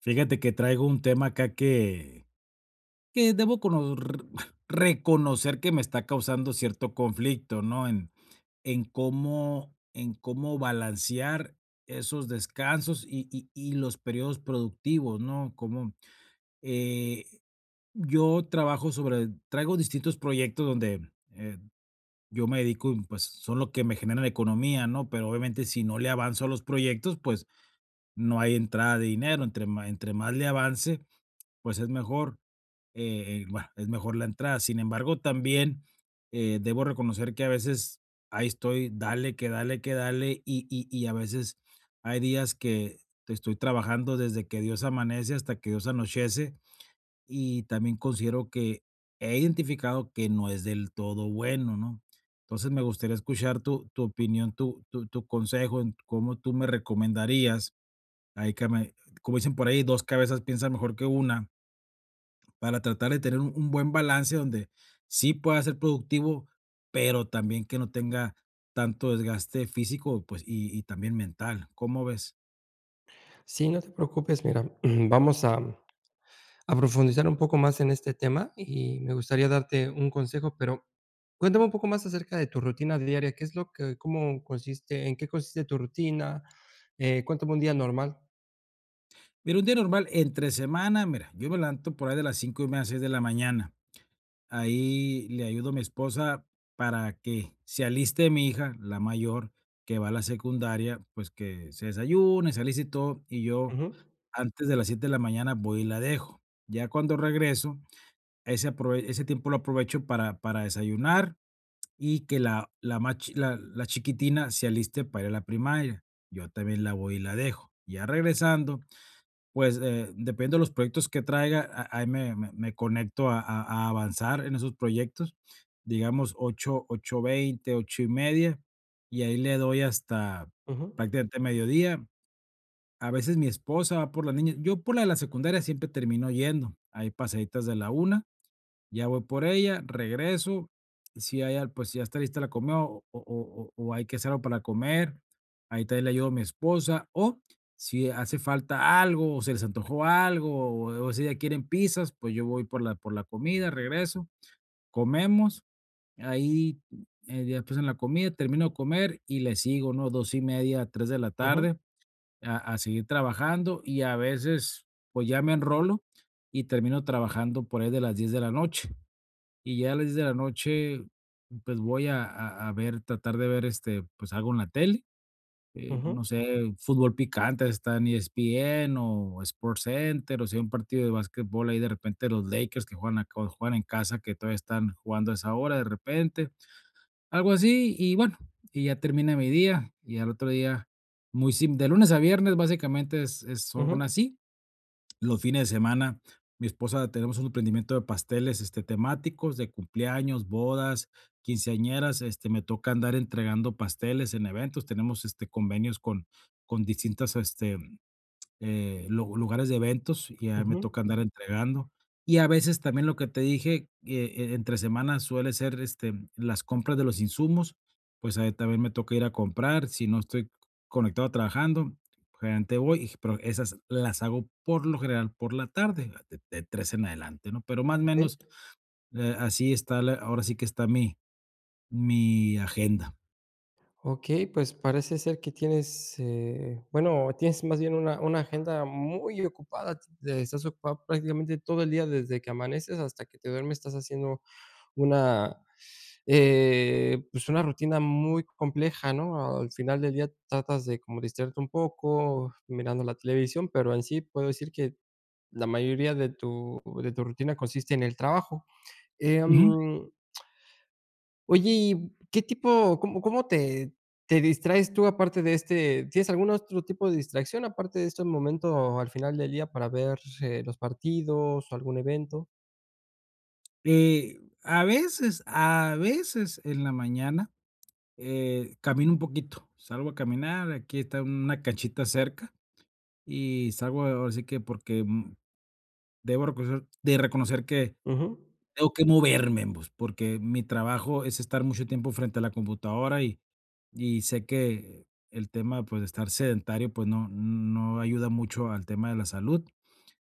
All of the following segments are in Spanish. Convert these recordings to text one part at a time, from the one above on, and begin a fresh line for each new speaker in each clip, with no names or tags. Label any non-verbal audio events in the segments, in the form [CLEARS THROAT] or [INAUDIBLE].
Fíjate que traigo un tema acá que debo cono r [LAUGHS] reconocer que me está causando cierto conflicto, ¿no? En cómo balancear esos descansos y los periodos productivos, ¿no? Como eh, yo trabajo sobre traigo distintos proyectos donde, yo me dedico, y, pues, son lo que me generan economía, ¿no? Pero obviamente si no le avanzo a los proyectos, pues, no hay entrada de dinero, entre más le avance, pues es mejor, bueno, es mejor la entrada. Sin embargo, también, debo reconocer que a veces ahí estoy, dale, que dale, que dale, y a veces hay días que estoy trabajando desde que Dios amanece hasta que Dios anochece, y también considero que he identificado que no es del todo bueno, ¿no? Entonces, me gustaría escuchar tu opinión, tu consejo en cómo tú me recomendarías, ahí que me como dicen por ahí, 2 cabezas piensan mejor que una. Para tratar de tener un buen balance donde sí pueda ser productivo, pero también que no tenga tanto desgaste físico, pues, y también mental, ¿cómo ves?
Sí, no te preocupes, mira, [CLEARS THROAT] vamos a profundizar un poco más en este tema y me gustaría darte un consejo, pero cuéntame un poco más acerca de tu rutina diaria. ¿Qué es lo que, cómo consiste, en qué consiste tu rutina? Cuéntame un día normal.
Mira, un día normal entre semana, mira, yo me levanto por ahí de las 5:30, seis de la mañana. Ahí le ayudo a mi esposa para que se aliste mi hija, la mayor, que va a la secundaria, pues, que se desayune, se aliste y todo, y yo
Ujú,
antes de las 7 de la mañana voy y la dejo. Ya cuando regreso, ese tiempo lo aprovecho para desayunar y que la chiquitina se aliste para ir a la primaria. Yo también la voy y la dejo. Ya regresando, pues, dependiendo de los proyectos que traiga, a ahí me conecto a avanzar en esos proyectos, digamos 8, 8:20, 8 y media y ahí le doy hasta
ujú,
prácticamente mediodía. A veces mi esposa va por la niña, yo por la de la secundaria siempre termino yendo, hay pasaditas de la una ya voy por ella, regreso, si hay al pues, si ya está lista la comida o hay que hacer algo para comer, ahí también le ayudo a mi esposa, o si hace falta algo, o se les antojó algo, o ese día quieren pizzas, pues, yo voy por la comida, regreso, comemos, ahí, ya después en la comida termino de comer y le sigo, ¿no? Dos y media, 3 de la
ujú,
tarde a seguir trabajando, y a veces, pues, ya me enrolo y termino trabajando por ahí de las 10 de la noche. Y ya a las diez de la noche, pues, voy a ver, tratar de ver, este, pues, algo en la tele,
ujú,
no sé, fútbol picante está en ESPN o Sports Center, o sea un partido de básquetbol, ahí de repente los Lakers que juegan acá o juegan en casa, que todavía están jugando a esa hora de repente, algo así, y bueno, y ya termina mi día, y al otro día muy sim de lunes a viernes básicamente es son
ujú,
así. Los fines de semana, mi esposa, tenemos un emprendimiento de pasteles, este, temáticos de cumpleaños, bodas, quinceañeras, este, me toca andar entregando pasteles en eventos, tenemos, este, convenios con distintas, este, lu lugares de eventos y ya me
ujú,
toca andar entregando. Y a veces también lo que te dije, entre semanas suele ser, este, las compras de los insumos, pues, ahí también me toca ir a comprar, si no estoy conectado trabajando, generalmente voy, y pero esas las hago por lo general por la tarde, de tres en adelante, ¿no? Pero más o
okey.
menos, así está la, ahora sí que está mi agenda.
Okey, pues parece ser que bueno, tienes más bien una agenda muy ocupada. Estás ocupada prácticamente todo el día desde que amaneces hasta que te duermes. Estás haciendo Una, pues, una rutina muy compleja, ¿no? Al final del día tratas de como distraerte un poco mirando la televisión, pero en sí puedo decir que la mayoría de tu rutina consiste en el trabajo.
Ujú.
Em, Oye, ¿y qué tipo cómo te distraes tú aparte de este? ¿Tienes algún otro tipo de distracción aparte de este momento al final del día para ver, los partidos o algún evento?
Eh, a veces en la mañana, camino un poquito, salgo a caminar, aquí está una canchita cerca y salgo, ahora sí que porque, debo reconocer de reconocer que
Ujú,
tengo que moverme, pues, porque mi trabajo es estar mucho tiempo frente a la computadora, y sé que el tema, pues, de estar sedentario, pues, no ayuda mucho al tema de la salud.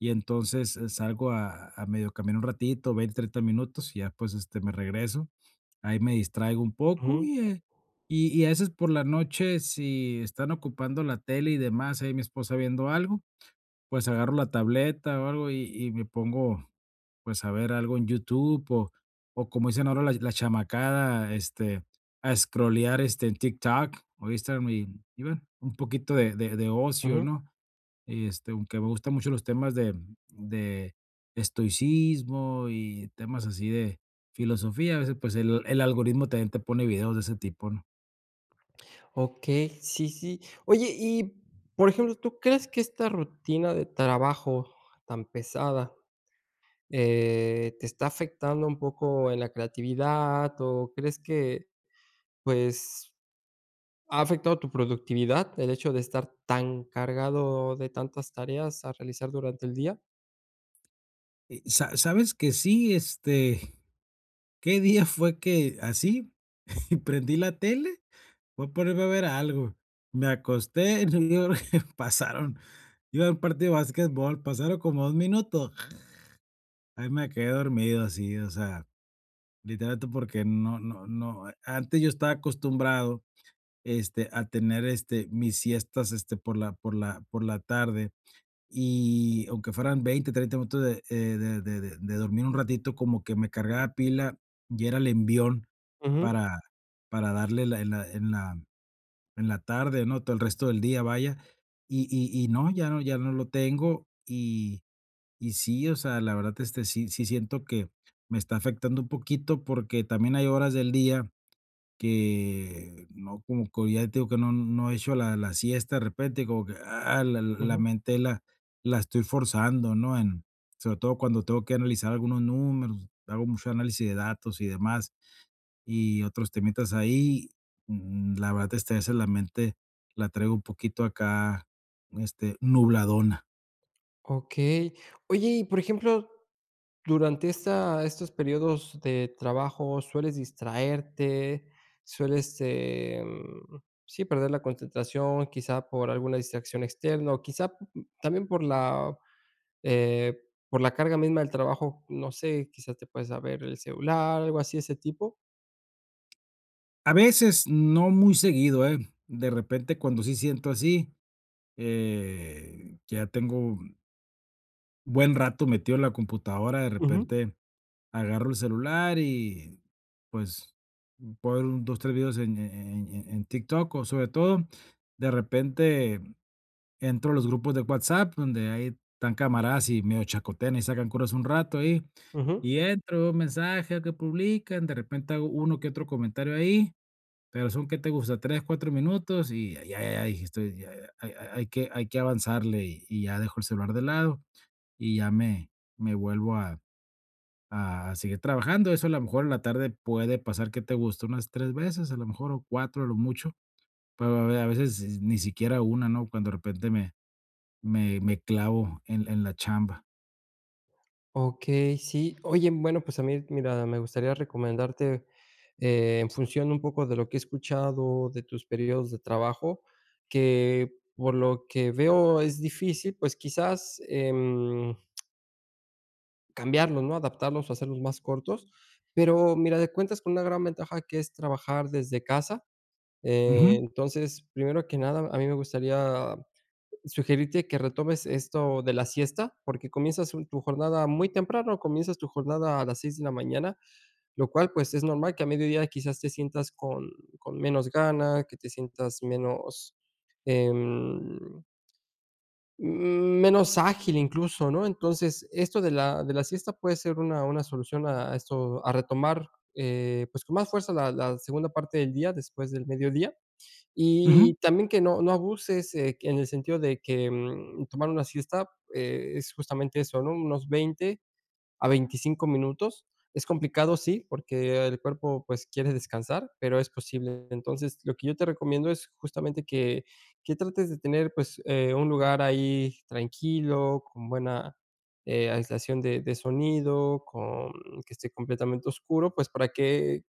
Y entonces, salgo a medio caminar un ratito, 20, 30 minutos, y ya, pues, este, me regreso. Ahí me distraigo un poco
ujú,
y, y a veces por la noche, si están ocupando la tele y demás, ahí mi esposa viendo algo, pues, agarro la tableta o algo y me pongo, pues, a ver algo en YouTube, o como dicen ahora la la chamacada, este, a escrolear, este, en TikTok o Instagram, y bueno, un poquito de de ocio,
ujú.
¿no? Este, aunque me gustan mucho los temas de estoicismo y temas así de filosofía, a veces, pues, el algoritmo también te pone videos de ese tipo, ¿no?
Okey, sí, sí. Oye, y, por ejemplo, ¿tú crees que esta rutina de trabajo tan pesada, te está afectando un poco en la creatividad? ¿O crees que, pues, ha afectado tu productividad el hecho de estar tan cargado de tantas tareas a realizar durante el día?
Y sa sabes que sí, este, ¿qué día fue que así [LAUGHS] y prendí la tele? Voy a ponerme a ver algo. Me acosté, [LAUGHS] yo creo que [LAUGHS] pasaron, iba a un partido de básquetbol, pasaron como 2 minutos, ahí me quedé dormido, así, o sea, literalmente, porque no, antes yo estaba acostumbrado, este, a tener, este, mis siestas, este, por la tarde. Y aunque fueran 20, 30 minutos de, de dormir un ratito, como que me cargaba pila y era el envión
Ujú,
para darle, la en la en la en la tarde, ¿no? Todo el resto del día, vaya. Y no, ya no, ya no lo tengo. Y sí, o sea, la verdad, este, sí siento que me está afectando un poquito, porque también hay horas del día que no, como que ya te digo que no he hecho la la siesta, de repente, como que, ah, la
ujú.
mente la estoy forzando, ¿no? En sobre todo cuando tengo que analizar algunos números, hago mucho análisis de datos y demás, y otros temitas ahí, la verdad, es que a veces la mente la traigo un poquito acá, este, nubladona.
Okey. Oye, y por ejemplo, durante esta estos periodos de trabajo, ¿sueles distraerte? ¿Sueles, sí, perder la concentración, quizá por alguna distracción externa, o quizá también eh, por la carga misma del trabajo? No sé, quizás te puedes a ver el celular, algo así de ese tipo.
A veces, no muy seguido, ¿eh? De repente, cuando sí siento así, que ya tengo buen rato metido en la computadora, de
Ujú,
repente agarro el celular y pues puedo ver un dos, tres videos en en TikTok, o sobre todo, de repente entro a los grupos de WhatsApp donde hay tan camaradas y medio chacotean y sacan curas un rato ahí,
ujú.
y entro, veo mensajes que publican, de repente hago uno que otro comentario ahí, pero son, que te gusta?, 3 4 minutos y ya, ya, ya dije, estoy, ya ya hay que avanzarle, y ya dejo el celular de lado y ya me vuelvo a seguir trabajando. Eso a lo mejor en la tarde puede pasar, que te gusta?, unas 3 veces, a lo mejor, o cuatro a lo mucho, pero a veces ni siquiera una, ¿no? Cuando de repente me me clavo en la chamba.
Okey, sí. Oye, bueno, pues a mí, mira, me gustaría recomendarte, en función un poco de lo que he escuchado de tus periodos de trabajo, que por lo que veo es difícil, pues quizás, cambiarlos, ¿no? Adaptarlos o hacerlos más cortos. Pero mira, de cuentas con una gran ventaja, que es trabajar desde casa.
Ujú,
Entonces, primero que nada, a mí me gustaría sugerirte que retomes esto de la siesta, porque comienzas un tu jornada muy temprano, comienzas tu jornada a las 6 de la mañana, lo cual, pues, es normal que a mediodía quizás te sientas con menos ganas, que te sientas menos, em, menos ágil incluso, ¿no? Entonces, esto de la siesta puede ser una solución a esto, a retomar, pues, con más fuerza la segunda parte del día después del mediodía. Y
ujú,
también que no abuses, que en el sentido de que, tomar una siesta, es justamente eso, ¿no? Unos 20 a 25 minutos. Es complicado, sí, porque el cuerpo, pues, quiere descansar, pero es posible. Entonces, lo que yo te recomiendo es justamente que trates de tener, pues, un lugar ahí tranquilo, con buena, aislación de sonido, con que esté completamente oscuro, pues, para que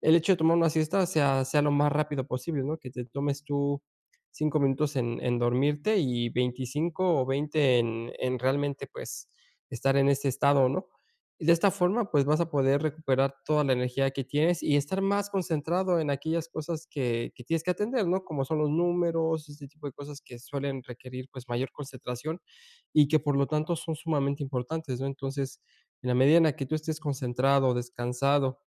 el hecho de tomar una siesta sea lo más rápido posible, ¿no? Que te tomes tú 5 minutos en dormirte y 25 o 20 en realmente, pues, estar en ese estado, ¿no? Y de esta forma, pues, vas a poder recuperar toda la energía que tienes y estar más concentrado en aquellas cosas que tienes que atender, ¿no? Como son los números, este tipo de cosas que suelen requerir, pues, mayor concentración y que, por lo tanto, son sumamente importantes, ¿no? Entonces, en la medida en la que tú estés concentrado, descansado,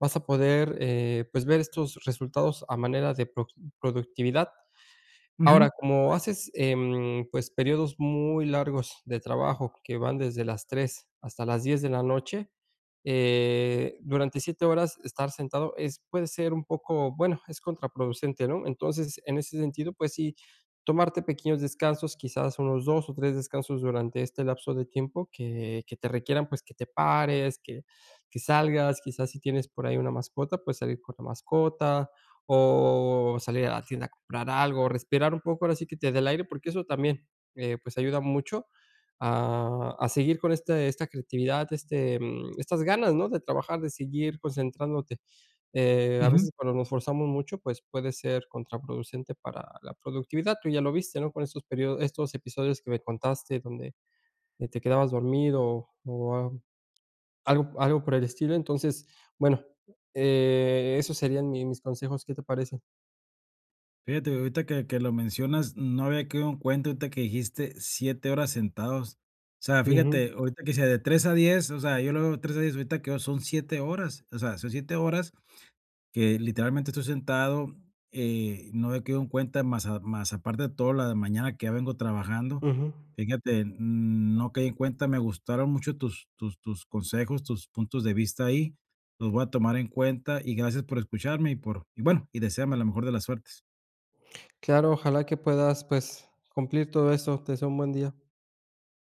vas a poder, pues, ver estos resultados a manera de proc productividad. Ahora,
ujú,
como haces, pues, periodos muy largos de trabajo que van desde las 3 hasta las 10 de la noche, durante 7 horas estar sentado es puede ser un poco, bueno, es contraproducente, ¿no? Entonces, en ese sentido, pues sí, tomarte pequeños descansos, quizás unos 2 o 3 descansos durante este lapso de tiempo, que te requieran, pues, que te pares, que salgas, quizás si tienes por ahí una mascota, pues, salir con la mascota, o salir a la tienda a comprar algo, respirar un poco, ahora sí que te dé el aire, porque eso también, pues, ayuda mucho a seguir con esta creatividad, estas ganas, ¿no?, de trabajar, de seguir concentrándote. A
ujú.
veces cuando nos forzamos mucho, pues, puede ser contraproducente para la productividad. Tú ya lo viste, ¿no?, con estos episodios que me contaste donde, te quedabas dormido o a algo algo por el estilo. Entonces, bueno, esos serían mi mis consejos, ¿qué te parece?
Fíjate, ahorita que lo mencionas, no había caído en cuenta, ahorita que dijiste 7 horas sentados. O sea,
Ujú,
fíjate, ahorita que sea de 3 a diez, o sea, yo lo veo 3 a diez, ahorita que son 7 horas, o sea, son 7 horas que literalmente estoy sentado, no me quedo en cuenta, más a más, aparte de toda la mañana que ya vengo trabajando.
ujú.
Fíjate, no caí en cuenta, me gustaron mucho tus consejos, tus puntos de vista ahí. Los voy a tomar en cuenta y gracias por escucharme y por, y bueno, y deséame la mejor de las suertes.
Claro, ojalá que puedas, pues, cumplir todo eso. Te deseo un buen día.